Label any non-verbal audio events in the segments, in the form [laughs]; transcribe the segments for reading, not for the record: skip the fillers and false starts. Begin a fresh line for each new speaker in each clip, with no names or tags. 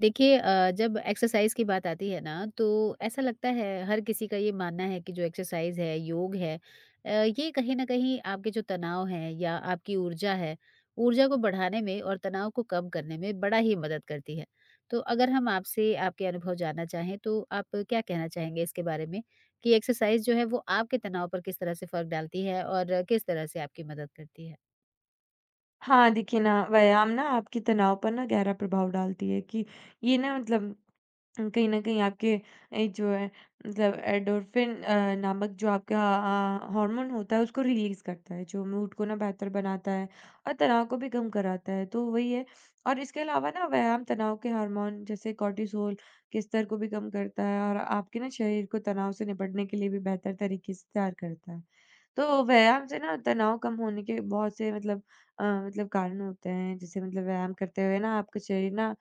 देखिए जब एक्सरसाइज की बात आती है ना तो ऐसा लगता है हर किसी का ये मानना है कि जो एक्सरसाइज है योग है। ये कहीं ना कहीं आपके जो तनाव है या आपकी ऊर्जा है ऊर्जा को बढ़ाने में और तनाव को कम करने में बड़ा ही मदद करती है। तो अगर हम आपसे आपके अनुभव जानना चाहें तो आप क्या कहना चाहेंगे इसके बारे में कि एक्सरसाइज जो है वो आपके तनाव पर किस तरह से फर्क डालती है और किस तरह से आपकी मदद करती है।
हाँ, देखिए ना व्यायाम ना आपके तनाव पर ना गहरा प्रभाव डालती है कि ये ना मतलब कहीं न कहीं आपके जो है मतलब एंडोर्फिन नामक जो आपका हार्मोन होता है उसको रिलीज़ करता है, जो मूड को ना बेहतर बनाता है और तनाव को भी कम कराता है। तो वही है और इसके अलावा ना व्यायाम तनाव के हार्मोन जैसे कॉर्टिसोल के स्तर को भी कम करता है और आपके ना शरीर को तनाव से निपटने के लिए भी बेहतर तरीके से तैयार करता है। तो व्यायाम से ना तनाव कम होने के बहुत से मतलब मतलब कारण होते हैं। जैसे मतलब व्यायाम करते हुए ना आपका शरीर ना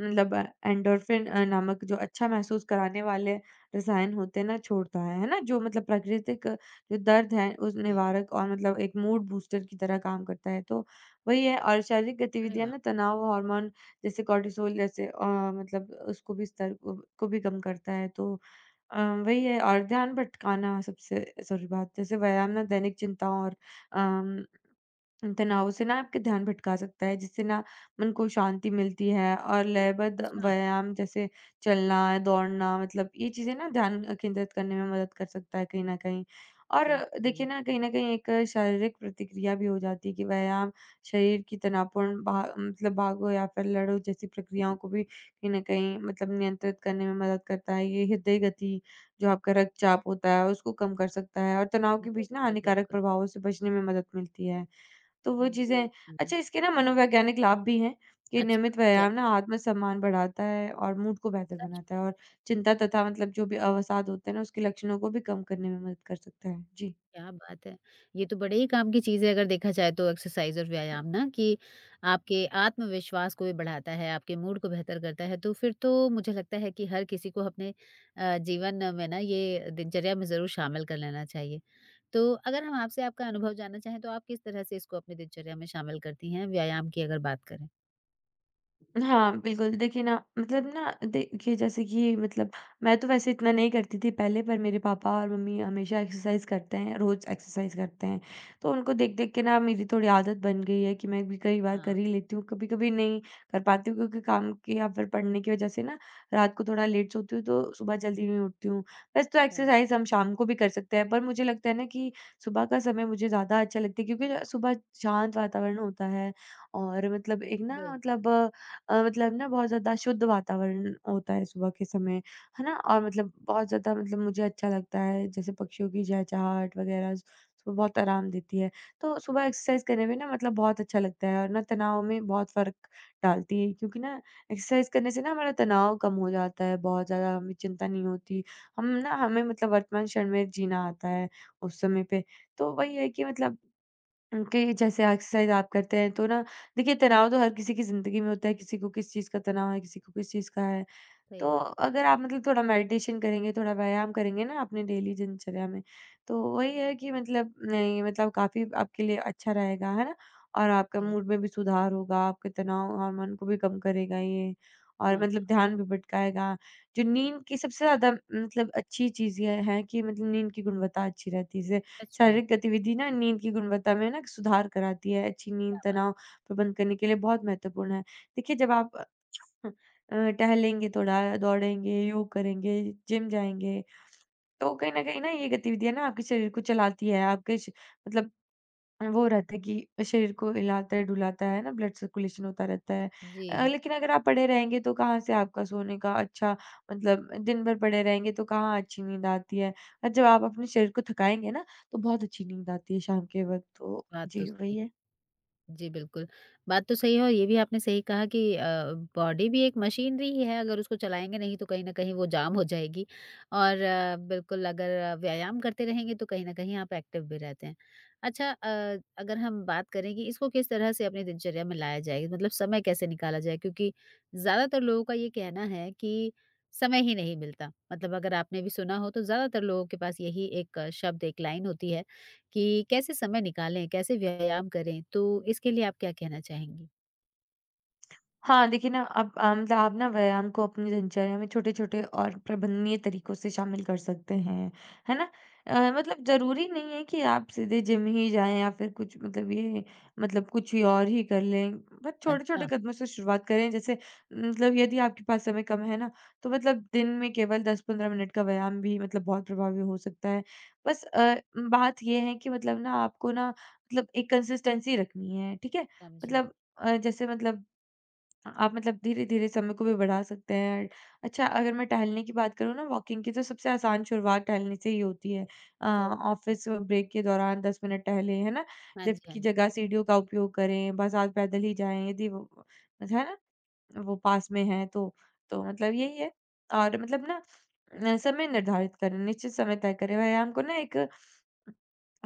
मतलब एंडोर्फिन नामक जो अच्छा महसूस कराने वाले रसायन होते हैं ना, छोड़ता है ना? जो मतलब प्राकृतिक जो दर्द है, उस
जी।
निवारक और मतलब एक मूड बूस्टर की तरह काम करता है। तो वही है और शारीरिक
अरे
गतिविधियाँ
वाह।
ना तनाव हार्मोन जैसे कॉर्टिसोल जैसे मतलब उसको भी स्तर को भी कम करता है। तो अ, वही है और ध्यान भटकाना सबसे ज़रूरी बात, जैसे व्यायाम ना दैनिक चिंताओं और अम तनाव से ना आपके ध्यान भटका सकता है, जिससे ना मन को शांति मिलती है और लयबद्ध
अच्छा।
व्यायाम जैसे चलना, दौड़ना मतलब ये चीज़ें ना ध्यान केंद्रित करने में मदद कर सकता है कहीं न कहीं। और
समझी।
देखिए ना कहीं न कहीं एक शारीरिक प्रतिक्रिया भी हो जाती है कि व्यायाम शरीर की तनावपूर्ण भा मतलब भागो या फिर लड़ो जैसी प्रक्रियाओं को भी कहीं न कहीं मतलब नियंत्रित करने में मदद करता है। ये हृदय गति जो आपका रक्तचाप होता है उसको कम कर सकता है और तनाव के बीच ना
बिल्कुल,
हानिकारक
बिल्कुल,
प्रभावों से बचने में मदद मिलती है। तो वो चीज़ें
बिल्कुल।
अच्छा इसके ना मनोवैज्ञानिक लाभ भी हैं कि
अच्छा,
नियमित
जै
व्यायाम ना आत्मसम्मान बढ़ाता है और मूड को बेहतर
सच में।
बनाता है और चिंता तथा मतलब जो भी अवसाद होते हैं ना उसके लक्षणों को भी कम करने में मदद कर सकता है। जी।
क्या बात है! ये तो बड़े ही काम की चीज़ है अगर देखा जाए तो एक्सरसाइज़ और व्यायाम ना कि आपके आत्मविश्वास को भी बढ़ाता है, आपके मूड को बेहतर करता है, तो फिर तो मुझे लगता है कि हर किसी को अपने जीवन में ना ये दिनचर्या में ज़रूर शामिल कर लेना चाहिए। तो अगर हम आपसे आपका अनुभव जानना चाहें तो आप किस तरह से इसको अपनी दिनचर्या में शामिल करती हैं, व्यायाम की अगर बात करें?
हाँ, बिल्कुल। देखिए ना मतलब ना देखिए जैसे कि मतलब मैं तो वैसे इतना नहीं करती थी पहले पर मेरे पापा और मम्मी हमेशा एक्सरसाइज़ करते हैं, रोज़ एक्सरसाइज़ करते हैं। तो उनको देख-देख के ना मेरी थोड़ी आदत बन गई है कि मैं भी कई बार
हाँ,
कर ही लेती हूँ, कभी-कभी नहीं कर पाती हूँ क्योंकि काम के या फिर पढ़ने की वज़ह से ना रात को थोड़ा लेट सोती हूँ तो सुबह जल्दी नहीं उठती हूँ। वैसे तो
अच्छा,
एक्सरसाइज़ हम शाम को भी कर सकते हैं पर मुझे लगता है ना कि सुबह का समय मुझे ज़्यादा अच्छा लगता है क्योंकि सुबह शांत वातावरण होता है और मतलब एक ना
बिल्कुल,
मतलब मतलब ना बहुत ज़्यादा शुद्ध वातावरण होता है सुबह के समय, है ना? और मतलब बहुत ज़्यादा मतलब मुझे अच्छा लगता है, जैसे पक्षियों की चहचहाहट वगैरह सुबह बहुत आराम देती है। तो सुबह एक्सरसाइज करने में ना मतलब बहुत अच्छा लगता है और ना तनाव में बहुत फ़र्क डालती है क्योंकि ना एक्सरसाइज करने से ना हमारा तनाव कम हो जाता है, बहुत ज़्यादा हमें चिंता नहीं होती। हम ना हमें मतलब वर्तमान क्षण में जीना आता है उस समय पे। तो वही है कि मतलब उनके जैसे एक्सरसाइज आप करते हैं तो ना देखिए तनाव तो हर किसी की ज़िंदगी में होता है, किसी को किस चीज़ का तनाव है, किसी को किस चीज़ का है।
सही
तो
बात,
अगर आप मतलब थोड़ा मेडिटेशन करेंगे, थोड़ा व्यायाम करेंगे ना अपने डेली दिनचर्या में, तो वही है कि मतलब नहीं मतलब काफ़ी आपके लिए अच्छा रहेगा, है ना? और आपका
जी।
मूड में भी सुधार होगा, आपके तनाव हार्मोन को भी कम करेगा ये और
हाँ,
मतलब ध्यान भी भटकाएगा। जो नींद की सबसे ज़्यादा मतलब अच्छी चीज़ ये है कि मतलब नींद की गुणवत्ता अच्छी रहती है। जैसे
सच में,
शारीरिक गतिविधि ना नींद की गुणवत्ता में ना सुधार कराती है। अच्छी नींद
क्या बात
तनाव प्रबंध करने के लिए बहुत महत्वपूर्ण है। देखिए, जब आप टहलेंगे, थोड़ा दौड़ेंगे, योग करेंगे, जिम जाएँगे। तो कहीं न कहीं ना ये गतिविधियाँ ना आपके शरीर को चलाती है, आपके श मतलब वो रहता है कि शरीर को हिलाता है, डुलाता है ना, ब्लड सर्कुलेशन होता रहता है।
जी,
लेकिन अगर आप पड़े रहेंगे तो कहाँ से आपका सोने का अच्छा मतलब दिन भर पड़े रहेंगे तो कहाँ अच्छी नींद आती है। और जब आप अपने शरीर को थकाएँगे ना, तो बहुत अच्छी नींद आती है शाम के वक़्त तो।
बात तो
जी,
सही
वही है।
है। जी, बिल्कुल। बात तो सही है और ये भी आपने सही कहा कि बॉडी भी एक मशीनरी ही है, अगर उसको चलाएँगे नहीं तो कहीं न कहीं वो जाम हो जाएगी और बिल्कुल अगर व्यायाम करते रहेंगे तो कहीं न कहीं आप एक्टिव भी रहते हैं। अच्छा अगर हम बात करें कि इसको किस तरह से अपनी दिनचर्या में लाया जाए, मतलब समय कैसे निकाला जाए? क्योंकि ज़्यादातर लोगों का ये कहना है कि समय ही नहीं मिलता, मतलब अगर आपने भी सुना हो तो ज़्यादातर लोगों के पास यही एक शब्द, एक लाइन होती है कि कैसे समय निकालें, कैसे व्यायाम करें? तो इसके लिए आप क्या कहना चाहेंगी?
हाँ, देखिए ना अब मतलब आप ना व्यायाम को अपनी दिनचर्या में छोटे-छोटे और प्रबंधनीय तरीकों से शामिल कर सकते हैं, है ना? मतलब ज़रूरी नहीं है कि आप सीधे जिम ही जाएँ या फिर कुछ मतलब ये मतलब कुछ ही और ही कर लें। बस
अच्छा,
छोटे-छोटे कदमों से शुरुआत करें जैसे मतलब यदि आपके पास समय कम है ना, तो मतलब दिन में केवल 10-15 मिनट का व्यायाम भी मतलब बहुत प्रभावी हो सकता है। बस बात ये है कि मतलब ना आपको ना मतलब एक कंसिस्टेंसी रखनी है, ठीक है?
समझी।
मतलब जैसे मतलब आप मतलब धीरे-धीरे समय को भी बढ़ा सकते हैं। अच्छा अगर मैं टहलने की बात करूँ ना वॉकिंग की तो सबसे आसान शुरुआत टहलने से ही होती है।
सही बात है।
ऑफ़िस ब्रेक के दौरान 10 मिनट टहलें, है ना?
हाँ
लिफ्ट
जी, हाँ
की
जी।
जगह सीढ़ियों का उपयोग करें, बस आप पैदल ही जाएँ यदि वो है ना? वो पास में है तो। तो मतलब यही है और मतलब ना समय निर्धारित करें, निश्चित समय तय करें। व्यायाम को ना एक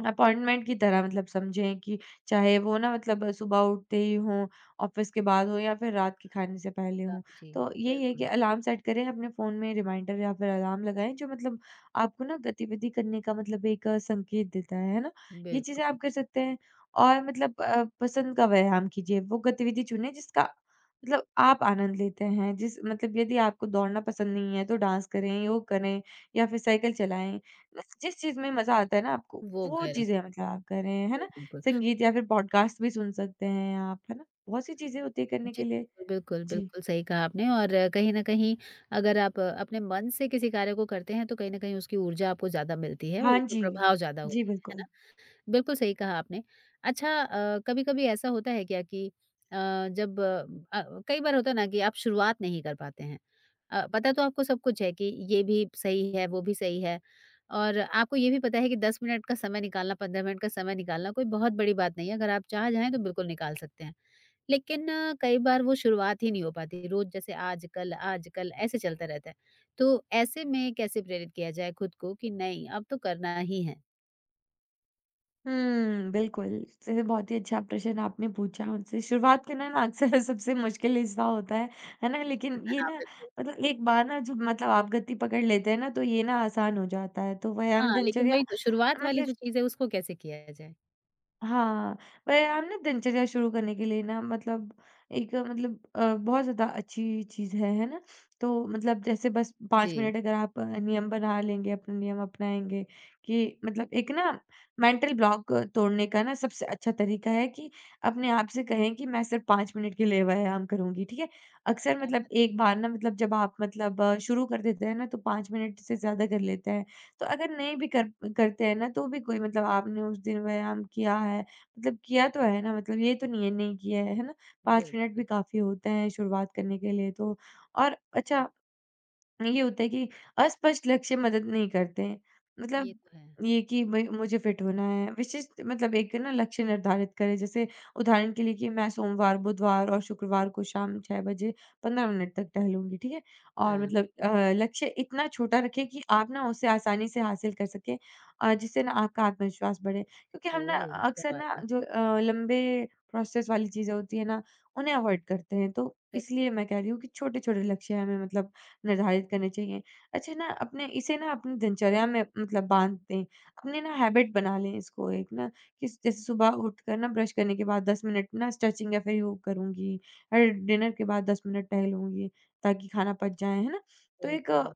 अपॉइंटमेंट की तरह मतलब समझें कि चाहे वो ना मतलब सुबह उठते ही हों, ऑफ़िस के बाद हो या फिर रात के खाने से पहले हो।
समझी।
तो यही है कि
बिल्कुल,
अलार्म सेट करें अपने फ़ोन में रिमाइंडर या फिर अलार्म लगाएँ जो मतलब आपको ना गतिविधि करने का मतलब एक संकेत देता है ना? ये चीज़ें
बिल्कुल।
आप कर सकते हैं और मतलब पसंद का व्यायाम कीजिए, वो गतिविधि चुनें जिसका मतलब आप आनंद लेते हैं। जिस मतलब यदि आपको दौड़ना पसंद नहीं है तो डांस करें, योग करें या फिर साइकिल चलाएँ। मतलब जिस चीज़ में मज़ा आता है ना आपको,
वो
वो
करें।
चीज़ें मतलब आप कर रहे हैं, है
जी,
ना?
बिल्कुल।
संगीत या फिर पॉडकास्ट भी सुन सकते हैं आप, है ना? बहुत सी चीज़ें होती है करने
जी,
के लिए।
बिल्कुल,
जी।
बिल्कुल सही कहा आपने और कहीं न कहीं अगर आप अपने मन से किसी कार्य को करते हैं, तो कहीं न कहीं उसकी ऊर्जा आपको ज़्यादा मिलती है और
हाँ
उसके
जी।
प्रभाव ज़्यादा
जी,
होते हैं। है ना?
बिल्कुल।
बिल्कुल सही कहा आपने। अच्छा कभी-कभी ऐसा होता है क्या कि अ, कई बार होता है ना कि आप शुरुआत नहीं कर पाते हैं। पता तो आपको सब कुछ है कि ये भी सही है, वो भी सही है और आपको ये भी पता है कि 10 मिनट का समय निकालना, 15 मिनट का समय निकालना कोई बहुत बड़ी बात नहीं है। अगर आप चाह जाएँ तो बिल्कुल निकाल सकते हैं। लेकिन कई बार वो शुरुआत ही नहीं हो पाती। रोज़ जैसे आजकल, आजकल ऐसे चलता रहता है। तो ऐसे में कैसे प्रेरित किया जाए खुद को कि नहीं अब तो करना ही है?
हुँ, बिल्कुल। जैसे बहुत ही अच्छा प्रश्न आपने पूछा मुझसे। शुरुआत करना ना अक्सर [laughs] सबसे मुश्किल हिस्सा होता है ना? लेकिन
[laughs]
ये
हाँ,
ना
बिल्कुल।
मतलब एक बार ना जब मतलब आप गति पकड़ लेते हैं ना, तो ये ना आसान हो जाता है। तो व्यायाम
हाँ, लेकिन
दिनचर्या
वही तो शुरुआत वाली
मतलब
जो चीज़ है उसको कैसे किया जाए?
हाँ, व्यायाम ना दिनचर्या शुरू करने के लिए ना मतलब एक मतलब बहुत ज़्यादा अच्छी चीज़ है ना? तो मतलब जैसे बस 5
जी।
मिनट अगर आप नियम बना लेंगे, अपने नियम अपनाएँगे कि मतलब एक ना मेंटल ब्लॉक तोड़ने का ना सबसे अच्छा तरीका है कि अपने आप से कहें कि मैं सिर्फ़ 5 मिनट के लिए व्यायाम करूँगी, ठीक है? अक्सर
क्या
मतलब
बात है!
एक बार ना मतलब जब आप मतलब शुरू कर देते हैं ना तो 5 मिनट से ज़्यादा कर लेते हैं। तो अगर नहीं भी कर करते हैं ना, तो भी कोई मतलब आपने उस दिन व्यायाम किया है, मतलब किया तो है ना, मतलब ये तो नहीं है नहीं किया है ना? 5 मिनट भी
बिल्कुल,
काफ़ी होते हैं शुरुआत करने के लिए तो। और अच्छा ये होता है कि अस्पष्ट लक्ष्य मदद नहीं करते हैं।
ये
मतलब
तो है।
ये कि भई मुझे फिट होना है। विशिष्ट मतलब एक ना लक्ष्य निर्धारित करें। जैसे उदाहरण के लिए कि मैं सोमवार, बुधवार और शुक्रवार को शाम 6 बजे 15 मिनट तक टहलूँगी, ठीक है? और
हाँ,
मतलब लक्ष्य इतना छोटा रखें कि आप ना उसे आसानी से हासिल कर सकें जिससे ना आपका आत्मविश्वास बढ़े। क्योंकि हम ना
ओह! क्या
अक्सर
बात
ना
है।
जो लंबे प्रोसेस वाली चीज़ें होती हैं ना, उन्हें अवॉइड करते हैं। तो
सही
इसलिए मैं कह रही हूँ कि छोटे-छोटे लक्ष्य हमें मतलब निर्धारित करने चाहिए। अच्छा ना अपने इसे ना अपनी दिनचर्या में मतलब बाँध दें, अपने ना हैबिट बना लें इसको एक ना कि जैसे सुबह उठकर ना ब्रश करने के बाद 10 मिनट ना स्ट्रेचिंग या फिर योग करूँगी और डिनर के बाद 10 मिनट टहलूँगी ताकि खाना पच जाए, है ना? तो एक
बिल्कुल,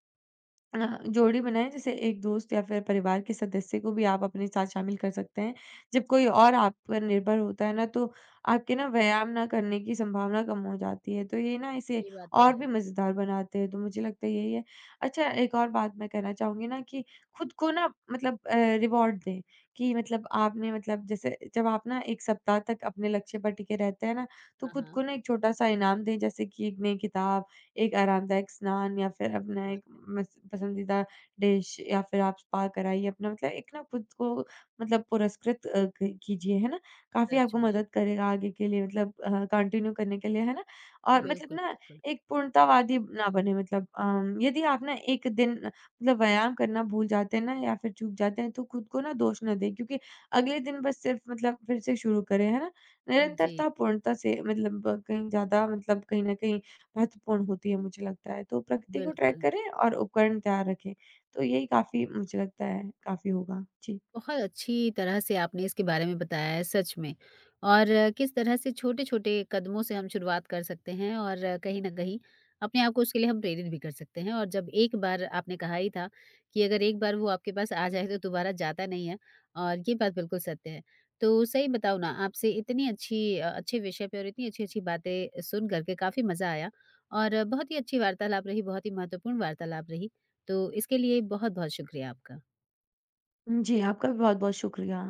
अ, जोड़ी बनाएँ जैसे एक दोस्त या फिर परिवार के सदस्य को भी आप अपने साथ शामिल कर सकते हैं। जब कोई और आप पर निर्भर होता है ना तो आपके ना व्यायाम ना करने की संभावना कम हो जाती है, तो ये ना इसे
ये बात तो
और
है।
भी मज़ेदार बनाते हैं, तो मुझे लगता है यही है। अच्छा एक और बात मैं कहना चाहूँगी ना कि खुद को ना मतलब रिवॉर्ड दें कि मतलब आपने मतलब जैसे जब आप ना 1 सप्ताह तक अपने लक्ष्य पर टिके रहते हैं ना, तो
हाँ,
खुद
हाँ,
को ना एक छोटा-सा इनाम दें जैसे कि 1 नई किताब एक आरामदायक स्नान या फिर अपना
क्या
एक
बात
मस पसंदीदा डिश या फिर आप स्पा कराइए अपना मतलब एक ना खुद को मतलब पुरस्कृत अ, क कीजिए, है ना?
है।
काफ़ी
सच
आपको
में,
मदद करेगा आगे के लिए मतलब कंटिन्यू करने के लिए, है ना? और मतलब
बिल्कुल,
ना
बिल्कुल।
एक पूर्णतावादी ना बने मतलब यदि आप ना एक दिन मतलब व्यायाम करना भूल जाते हैं ना या फिर चूक जाते हैं तो खुद को ना दोष ना दें क्योंकि अगले दिन बस सिर्फ मतलब फिर से शुरू करें, है ना?
जी,
निरंतरता पूर्णता से मतलब कहीं ज़्यादा मतलब कहीं न कहीं महत्वपूर्ण होती है मुझे लगता है। तो प्रकृति को ट्रैक
बिल्कुल।
करें और उपकरण तैयार रखें। तो यही काफ़ी मुझे लगता है काफ़ी होगा। जी।
बहुत अच्छी तरह से आपने इसके बारे में बताया है सच में और किस तरह से छोटे-छोटे कदमों से हम शुरुआत कर सकते हैं और कहीं न कहीं अपने आप को उसके लिए हम प्रेरित भी कर सकते हैं और जब एक बार आपने कहा ही था कि अगर एक बार वो आपके पास आ जाए तो दोबारा जाता नहीं है और ये बात बिल्कुल सत्य है। तो सही बताऊँ ना आपसे इतनी अच्छे विषय पे और इतनी अच्छी-अच्छी बातें सुन कर के काफ़ी मज़ा आया और बहुत ही अच्छी वार्तालाप रही, बहुत ही महत्वपूर्ण वार्तालाप रही। तो इसके लिए बहुत-बहुत शुक्रिया आपका।
जी, आपका भी बहुत-बहुत शुक्रिया।